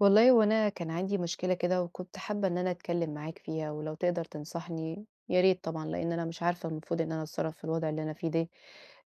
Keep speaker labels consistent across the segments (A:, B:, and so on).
A: والله وأنا كان عندي مشكلة كده وكنت حابة إن أنا أتكلم معاك فيها ولو تقدر تنصحني يا ريت طبعًا، لإن أنا مش عارفة المفروض إن أنا أتصرّف في الوضع اللي أنا فيه ده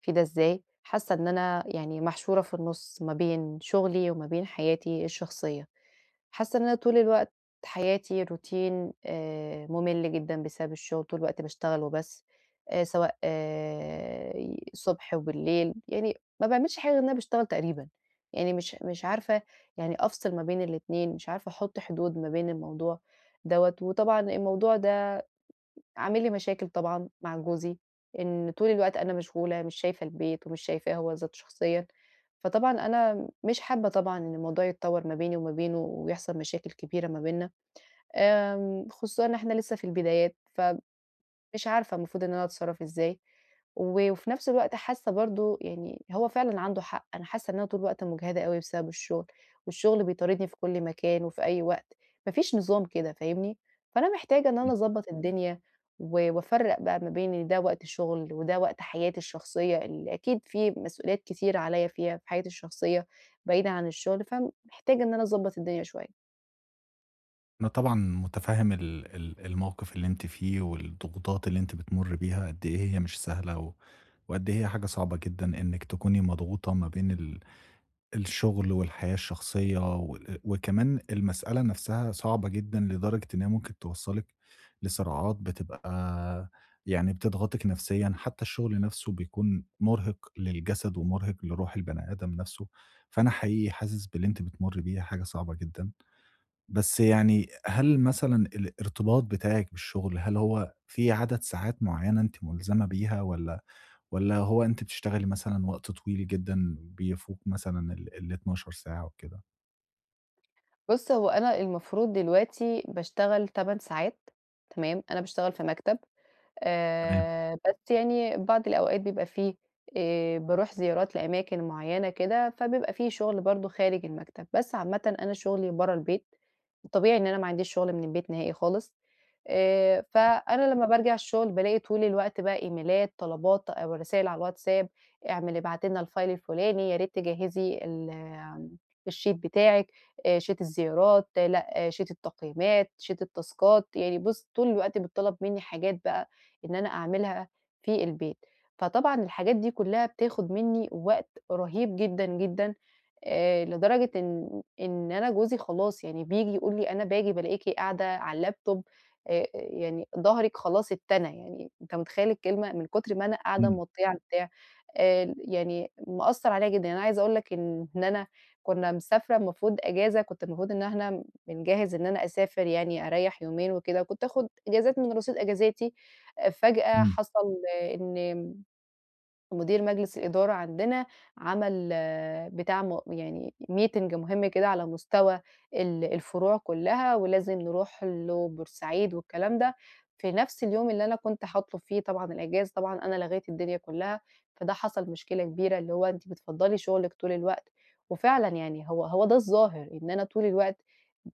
A: إزاي، حاسة إن أنا يعني محشورة في النُص ما بين شغلي وما بين حياتي الشخصية، حاسة إن أنا طول الوقت حياتي روتين مُمِل جدًا بسبب الشغل، طول الوقت باشتغل وبس سواء ي صبح وبالليل، يعني ما باعملش حاجة غير إن أنا باشتغل تقريبًا، يعني مش عارفة يعني أفصل ما بين الاتنين، مش عارفة أحط حدود ما بين الموضوع دوّة، وطبعًا الموضوع ده عامل لي مشاكل طبعًا مع جوزي، إن طول الوقت أنا مشغولة، مش شايفة البيت ومش شايفاه هو ذاته شخصيًا، فطبعًا أنا مش حابة طبعًا إن الموضوع يتطور ما بيني وما بينه ويحصل مشاكل كبيرة ما بيننا، خصوصًا إن إحنا لسه في البدايات مش عارفة المفروض إن أنا أتصرّف إزاي، و وفي نفس الوقت حاسة برضه يعني هو فعلًا عنده حق، أنا حاسة إن أنا طول الوقت مُجهدة أوي بسبب الشغل، والشغل بيطاردني في كل مكان وفي أي وقت، ما فيش نظام كده فاهمني، فأنا محتاجة إن أنا أضبّط الدنيا، و وأفرّق بقى ما بين إن ده وقت الشغل، وده وقت حياتي الشخصية اللي أكيد في مسؤوليات كتير عليَّ فيها في حياتي الشخصية بعيدة عن الشغل، فمحتاجة إن أنا أضبّط الدنيا شوية.
B: أنا طبعًا مُتفهِّم ال ال الموقِف اللي أنتِ فيه والضغوطات اللي أنتِ بتمُرّي بيها، قد إيه هي مش سهلة وقد إيه هي حاجة صعبة جدًا إنِّك تكوني مضغوطة ما بين الشُغل والحياة الشخصية وكمان المسألة نَفْسها صعبة جدًا لدرجة إن هي ممكن توصّلِك لصراعات بتبقى يعني بتضغطِك نَفْسيًا، حتّى الشُغل نَفْسه بيكون مُرهِق للجسد ومُرهِق لروح البني آدم نَفْسه، فأنا حقيقي حاسس باللي أنتِ بتمُرّي بيه، هي حاجة صعبة جدًا. بس يعني هل مثلًا الارتباط بتاعِك بالشغل، هل هو في عدد ساعات معيّنة أنتِ ملزمة بيها والّا هو أنتِ بتشتغلي مثلًا وقت طويل جدًا بيفوق مثلًا ال ال12 ساعة وكده؟
A: بُص، هو أنا المفروض دلوقتي باشتغل 8 ساعات تمام، أنا باشتغل في مكتب،
B: تمام.
A: بس يعني بعض الأوقات بيبقى في باروح زيارات لأماكن معيّنة كده، فبيبقى في شغل برضه خارج المكتب، بس عامةً أنا شغلي برّه البيت، طبيعي إن أنا ما عنديش شغل من البيت نهائي خالص، فأنا لمّا بارجع الشغل بالاقي طول الوقت بقى إيميلات، طلبات، أو رسايل على الواتساب، اعمل ابعتي لنا الfile الفلاني، يا ريت تجهّزي الsheet بتاعِك، sheet الزيارات، لأ sheet التقييمات، sheet التاسكات، يعني بُص طول الوقت بتطلب مني حاجات بقى إن أنا أعملها في البيت. فطبعًا الحاجات دي كلّها بتاخد منّي وقت رهيب جدًا، جدًا لدرجة إن أنا جوزي خلاص يعني بييجي يقول لي: "أنا باجي بالاقيكِ قاعدة على اللابتوب يعني ضهرِك خلاص اتّنى." يعني أنت متخيّل الكلمة؟ من كتر ما أنا قاعدة
B: إمم.
A: موطية على البتاع يعني مأثّر عليّا جدًا. أنا عايزة أقول لك إن أنا كنّا مسافرة المفروض إجازة، كنت المفروض إن إحنا بنجهّز إن أنا أسافر يعني أريّح يومين وكده، كنت آخُد إجازات من رصيد إجازاتي فجأة
B: إمم.
A: حصل إن مدير مجلس الإدارة عندنا عمل بتاع يعني meeting مهم كده على مستوى الفروع كلّها، ولازم نروح له بورسعيد والكلام ده، في نفس اليوم اللي أنا كنت هاطلب فيه طبعًا الإجازة، طبعًا أنا لغيت الدنيا كلّها، فده حصل مشكلة كبيرة، اللي هو أنتِ بتفضّلي شغلِك طول الوقت، وفعلًا يعني هو هو ده الظاهر، إن أنا طول الوقت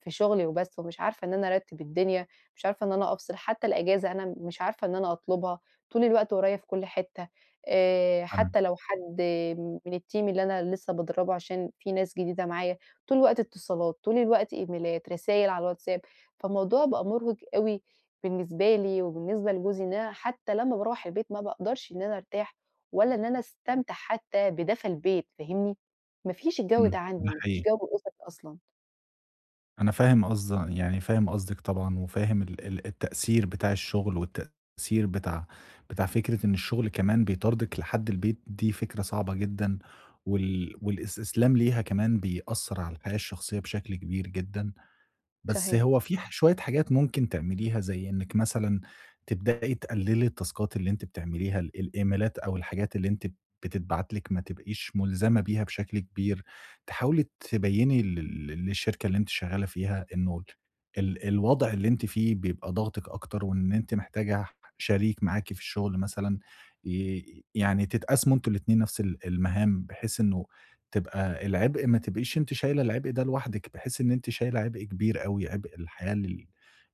A: في شغلي وبس، ومش عارفة إن أنا أرتّب الدنيا، مش عارفة إن أنا أفصل، حتى الإجازة أنا مش عارفة إن أنا أطلبها، طول الوقت ورايا في كل حتّة.
B: فعلًا.
A: حتى لو حد من الteam اللي أنا لسه بادرّبه عشان في ناس جديدة معايا، طول الوقت اتصالات، طول الوقت إيميلات، رسايل على الواتساب، فالموضوع بقى مُرهِق أوي بالنسبة لي وبالنسبة لجوزي، إن أنا حتى لمّا باروّح البيت ما باقدرش إن أنا أرتاح ولا إن أنا أستمتع حتى بدفى البيت فاهمني؟ ما فيش الجو ده
B: إمم.
A: عندي،
B: ده
A: ما فيش
B: حقيقي.
A: جو أُسري أصلًا.
B: أنا فاهم قصد يعني فاهم قصدِك طبعًا، وفاهم ال ال التأثير بتاع الشغل، والتأثير بتاع فكرة إن الشغل كمان بيطاردِك لحد البيت، دي فكرة صعبة جدًا، والاستسلام ليها كمان بيأثّر على الحياة الشخصية بشكل كبير جدًا. بس
A: صحيح.
B: هو في شوية حاجات ممكن تعمليها، زي إنِّك مثلًا تبدئي تقلّلي التاسكات اللي أنتِ بتعمليها، الإيميلات أو الحاجات اللي أنتِ بتتبعت لِك ما تبقيش ملزمة بيها بشكل كبير، تحاولي تبيّني للشركة اللي أنتِ شغالة فيها إنه الوضع اللي أنتِ فيه بيبقى ضاغطِك أكتر، وإن أنتِ محتاجة شريك معاكِ في الشغل مثلًا يعني تتقاسموا أنتم الاتنين نفس المهام، بحيث إنه تبقى العبء ما تبقيش أنتِ شايلة العبء ده لوحدِك، بحيث إن أنتِ شايلة عبء كبير أوي، عبء الحياة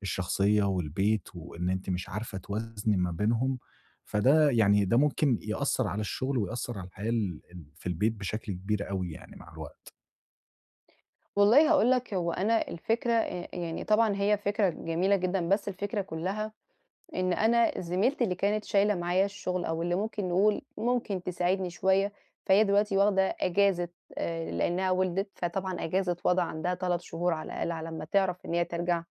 B: الشخصية والبيت، وإن أنتِ مش عارفة توازني ما بينهم، فده يعني ده ممكن يأثّر على الشغل ويأثّر على الحياة ال ال في البيت بشكل كبير أوي يعني مع الوقت.
A: والله هاقول لك هو أنا الفكرة يعني طبعًا هي فكرة جميلة جدًا، بس الفكرة كُلّها إن أنا زميلتي اللي كانت شايلة معايا الشغل أو اللي ممكن نقول ممكن تساعدني شوية، فهي دلوقتي واخدة إجازة لإنها ولدت، فطبعًا إجازة وضع عندها 3 شهور على الأقل على أمّا تعرف إن هي ترجع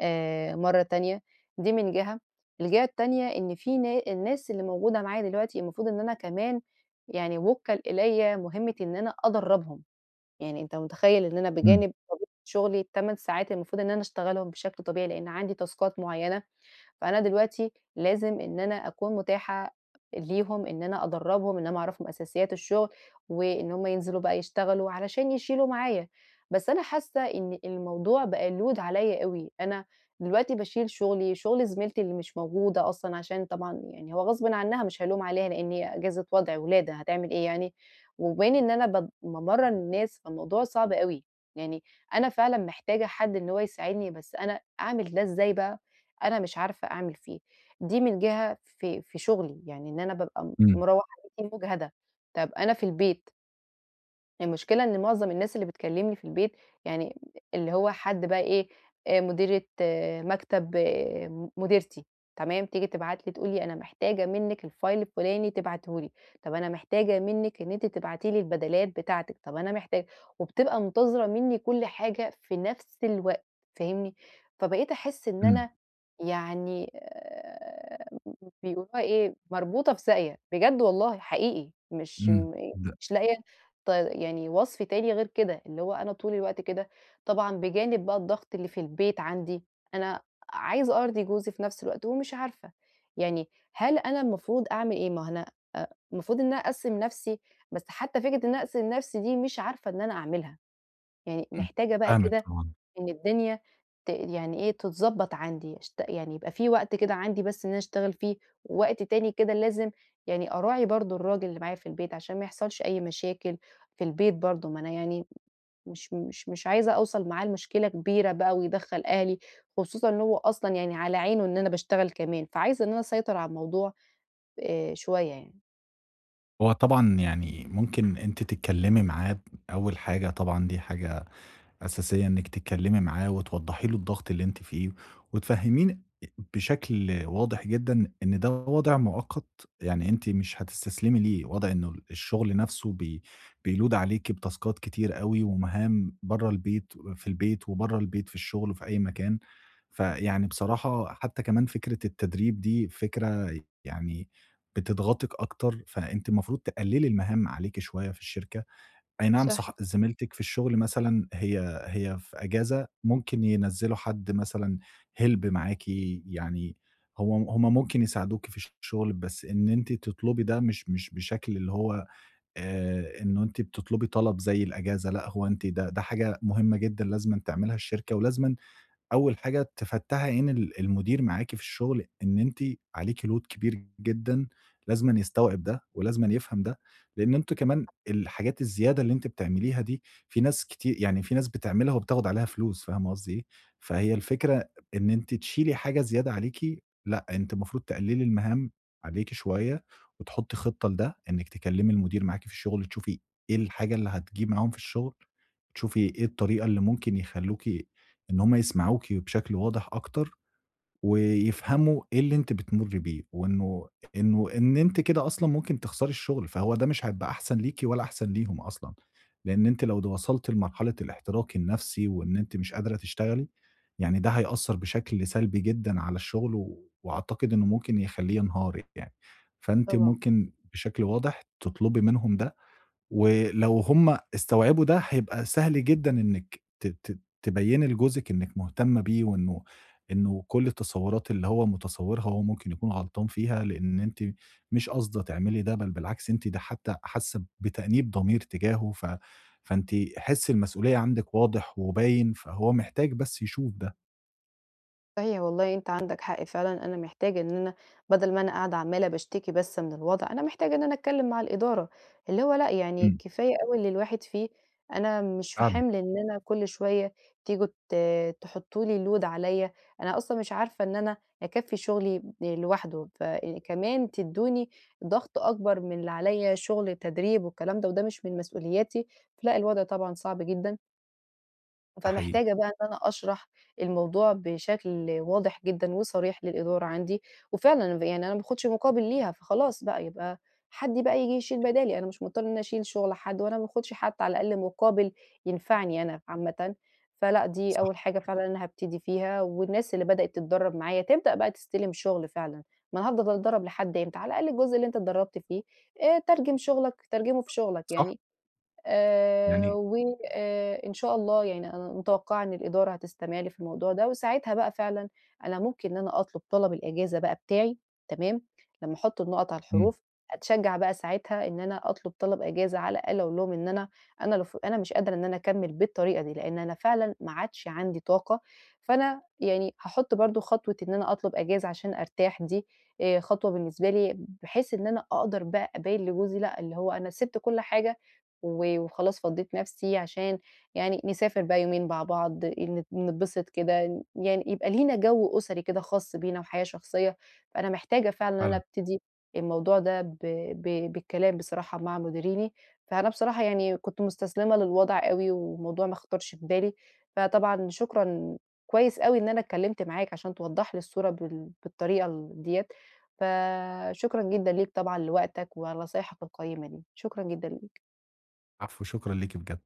A: مرّة تانية، دي من جهة. الجهة التانية إن في الناس اللي موجودة معايا دلوقتي المفروض إن أنا كمان يعني وُكَّل إليّا مهمة إن أنا أدرّبهم، يعني أنت متخيّل إن أنا
B: إمم.
A: بجانب طبيعة شغلي ال8 ساعات المفروض إن أنا أشتغلهم بشكل طبيعي لإن عندي تاسكات معيّنة فأنا دلوقتي لازم إن أنا أكون متاحة ليهم، إن أنا أدرّبهم، إن أنا أعرّفهم أساسيات الشغل، وإن هُم ينزلوا بقى يشتغلوا علشان يشيلوا معايا. بس أنا حاسة إن الموضوع بقى load عليّا أوي، أنا دلوقتي باشيل شغلي، شغل زميلتي اللي مش موجودة أصلًا عشان طبعًا يعني هو غصبٍ عنّها مش هالوم عليها لإن هي أجازة وَضْع ولادة هتعمل إيه يعني، وبين إن أنا بامرّن الناس، فالموضوع صعب أوي، يعني أنا فعلًا محتاجة حد إن هو يساعدني، بس أنا أعمل ده إزاي بقى؟ أنا مش عارفة أعمل فيه. دي من جهة في شغلي، يعني إن أنا بابقى
B: إمم.
A: مروّحة بيتي مُجهدة، طَب أنا في البيت المشكلة إن معظم الناس اللي بتكلمني في البيت، يعني اللي هو حد بقى إيه، مديرة مكتب مديرتي، تمام، تيجي تبعت لي تقول لي: "أنا محتاجة منِّك الfile الفلاني تبعته لي، طب أنا محتاجة منِّك إن أنتِ تبعتي لي البدلات بتاعتِك، طب أنا محتاجة" وبتبقى منتظرة منّي كل حاجة في نفس الوقت، فاهمني؟ فبقيت أحس إن
B: إمم.
A: أنا يعني بيقولوها إيه، مربوطة في ساقية، بجد والله حقيقي،
B: إمم. ده.
A: مش لاقية يعني وصف تاني غير كده، اللي هو أنا طول الوقت كده، طبعًا بجانب بقى الضغط اللي في البيت عندي، أنا عايزة أرضي جوزي في نفس الوقت ومش عارفة، يعني هل أنا المفروض أعمل إيه؟ ما هو أنا المفروض إن أنا أقسّم نفسي، بس حتى فكرة إن أنا أقسم نفسي دي مش عارفة إن أنا أعملها، يعني
B: إمم.
A: محتاجة بقى
B: فاهمِك
A: كده
B: طبعًا.
A: إن الدنيا يعني إيه، تتضبّط عندي، يعني يبقى في وقت كده عندي بس إن أنا أشتغل فيه، ووقت تاني كده لازم يعني أراعي برضه الراجل اللي معايا في البيت عشان ما يحصلش أي مشاكل في البيت برضه، ما أنا يعني مش عايزة أوصل معاه لمشكلة كبيرة بقى ويدخّل أهلي، خصوصًا إن هو أصلًا يعني على عينه إن أنا باشتغل كمان، فعايزة إن أنا أسيطر على الموضوع شوية يعني.
B: هو طبعًا يعني ممكن أنتِ تتكلمي معاه أول حاجة طبعًا دي حاجة أساسية إنِّك تتكلّمي معاه وتوضّحي له الضغط اللي أنتِ فيه، وتفهّميه بشكل واضح جدًا إن ده وضع مؤقت، يعني أنتِ مش هتستسلمي ليه، وضع إنه الشغل نَفْسه بيload عليكِ بتاسكات كتير أوي ومهام برّه البيت في البيت وبرّه البيت في الشغل وفي أي مكان، فيعني بصراحة حتّى كمان فكرة التدريب دي فكرة يعني بتضغطِك أكتر، فأنتِ المفروض تقلّلي المهام عليكِ شوية في الشركة. أي نعم
A: صحيح
B: صح زميلتِك في الشغل مثلًا هي في أجازة، ممكن ينزّلوا حد مثلًا help معاكِ، يعني هم ممكن يساعدوكِ في الشغل، بس إن أنتِ تطلبي ده مش بشكل اللي هو إنه أنتِ بتطلبي طلب زي الأجازة، لأ هو أنتِ ده حاجة مهمة جدًا لازمًا تعملها الشركة ولازمًا أول حاجة تفتّحي عين المدير معاكِ في الشغل إن أنتِ عليكِ load كبير جدًا، لازمًا يستوعب ده ولازمًا يفهم ده، لإن أنتم كمان الحاجات الزيادة اللي أنتِ بتعمليها دي، في ناس كتي يعني في ناس بتعملها وبتاخد عليها فلوس، فاهمة قصدي إيه؟ فهي الفكرة إن أنتِ تشيلي حاجة زيادة عليكِ، لأ، أنتِ المفروض تقللي المهام عليكِ شوية وتحطّي خطة لده، إنِّك تكلمي المدير معاكِ في الشغل، تشوفي إيه الحاجة اللي هتجيب معاهم في الشغل، تشوفي إيه الطريقة اللي ممكن يخلّوكِ إن هم يسمعوكِ بشكل واضح أكتر، ويفهموا إيه اللي أنتِ بتمُرّي بيه، وإنه إن أنتِ كده أصلًا ممكن تخسري الشغل، فهو ده مش هيبقى أحسن ليكِ ولا أحسن ليهم أصلًا، لإن أنتِ لو وصلتِ لمرحلة الاحتراق النفسي وإن أنتِ مش قادرة تشتغلي، يعني ده هيأثّر بشكل سلبي جدًا على الشغل، وأعتقد إنه ممكن يخلّيه ينهار يعني، فأنتِ
A: طبعًا.
B: ممكن بشكل واضح تطلبي منهم ده ولو هم استوعبوا ده، هيبقى سهل جدًا إنِّك ت ت تبيّني لجوزِك إنِّك مهتمة بيه وإنه كل التصوّرات اللي هو متصوّرها هو ممكن يكون غلطان فيها، لإن أنتِ مش قاصدة تعملي ده، بل بالعكس أنتِ ده حتّى حاسّة بتأنيب ضمير تجاهه، فأنتِ حِس المسؤولية عندِك واضح وباين، فهو محتاج بس يشوف ده.
A: صحيح والله أنت عندك حق فعلًا، أنا محتاجة إن أنا بدل ما أنا قاعدة عمّالة باشتكي بس من الوضع، أنا محتاجة إن أنا أتكلم مع الإدارة، اللي هو لأ يعني
B: إمم.
A: كفاية أوي اللي الواحد فيه، أنا مش في
B: فعلًا.
A: حمل إن أنا كل شوية تيجوا تحطّوا لي load عليّا، أنا أصلًا مش عارفة إن أنا أكفّي شغلي لوحده، فكمان تدّوني ضغط أكبر من اللي عليّا شغل تدريب والكلام ده، وده مش من مسؤولياتي، لأ الوضع طبعًا صعب جدًا.
B: ده حقيقي.
A: فمحتاجة بقى إن أنا أشرح الموضوع بشكل واضح جدًا وصريح للإدارة عندي، وفعلًا يعني أنا ما باخدش مقابل ليها، فخلاص بقى يبقى حد بقى ييجي يشيل بدالي، أنا مش مضطرة إن أنا أشيل شغل حد، وأنا ما باخدش حتى على الأقل مقابل ينفعني أنا عامةً، فلأ دي أول
B: صح.
A: حاجة فعلًا أنا هابتدي فيها، والناس اللي بدأت تتدرب معايا تبدأ بقى تستلم شغل فعلًا، ما أنا هافضل أتدرب لحد إمتى؟ على الأقل الجزء اللي أنت اتدربت فيه ترجم شغلك ترجمه في شغلك
B: صح.
A: يعني،
B: يعني
A: وآآ إن شاء الله يعني أنا متوقعة إن الإدارة هتستمع لي في الموضوع ده، وساعتها بقى فعلًا أنا ممكن إن أنا أطلب طلب الإجازة بقى بتاعي تمام، لمّا أحُط النقط على
B: إمم.
A: الحروف، أتشجّع بقى ساعتها إن أنا أطلب طلب إجازة على الأقل أقول لهم إن أنا لو أنا مش قادرة إن أنا أكمّل بالطريقة دي، لإن أنا فعلًا ما عادش عندي طاقة، فأنا يعني هاحُط برضه خطوة إن أنا أطلب إجازة عشان أرتاح دي خطوة بالنسبة لي، بحيث إن أنا أقدر بقى أبيّن لجوزي لأ، اللي هو أنا سِبت كل حاجة و وخلاص فضّيت نفسي عشان يعني نسافر بقى يومين مع بعض، نتبسط كده، يعني يبقى لينا جو أسري كده خاص بينا وحياة شخصية، فأنا محتاجة فعلًا إن أنا
B: فعلًا.
A: أبتدي الموضوع ده ب ب بالكلام بصراحة مع مديريني، فأنا بصراحة يعني كنت مستسلمة للوضع أوي والموضوع ما خطرش في بالي، فطبعًا شكرًا كويس أوي إن أنا اتكلمت معاك عشان توضّح لي الصورة بالطريقة ديّة، فشكرًا جدًا ليك طبعًا لوقتك وعلى نصايحك القيّمة دي، شكرًا جدًا ليك.
B: العفو، شكرًا ليكِ بجد.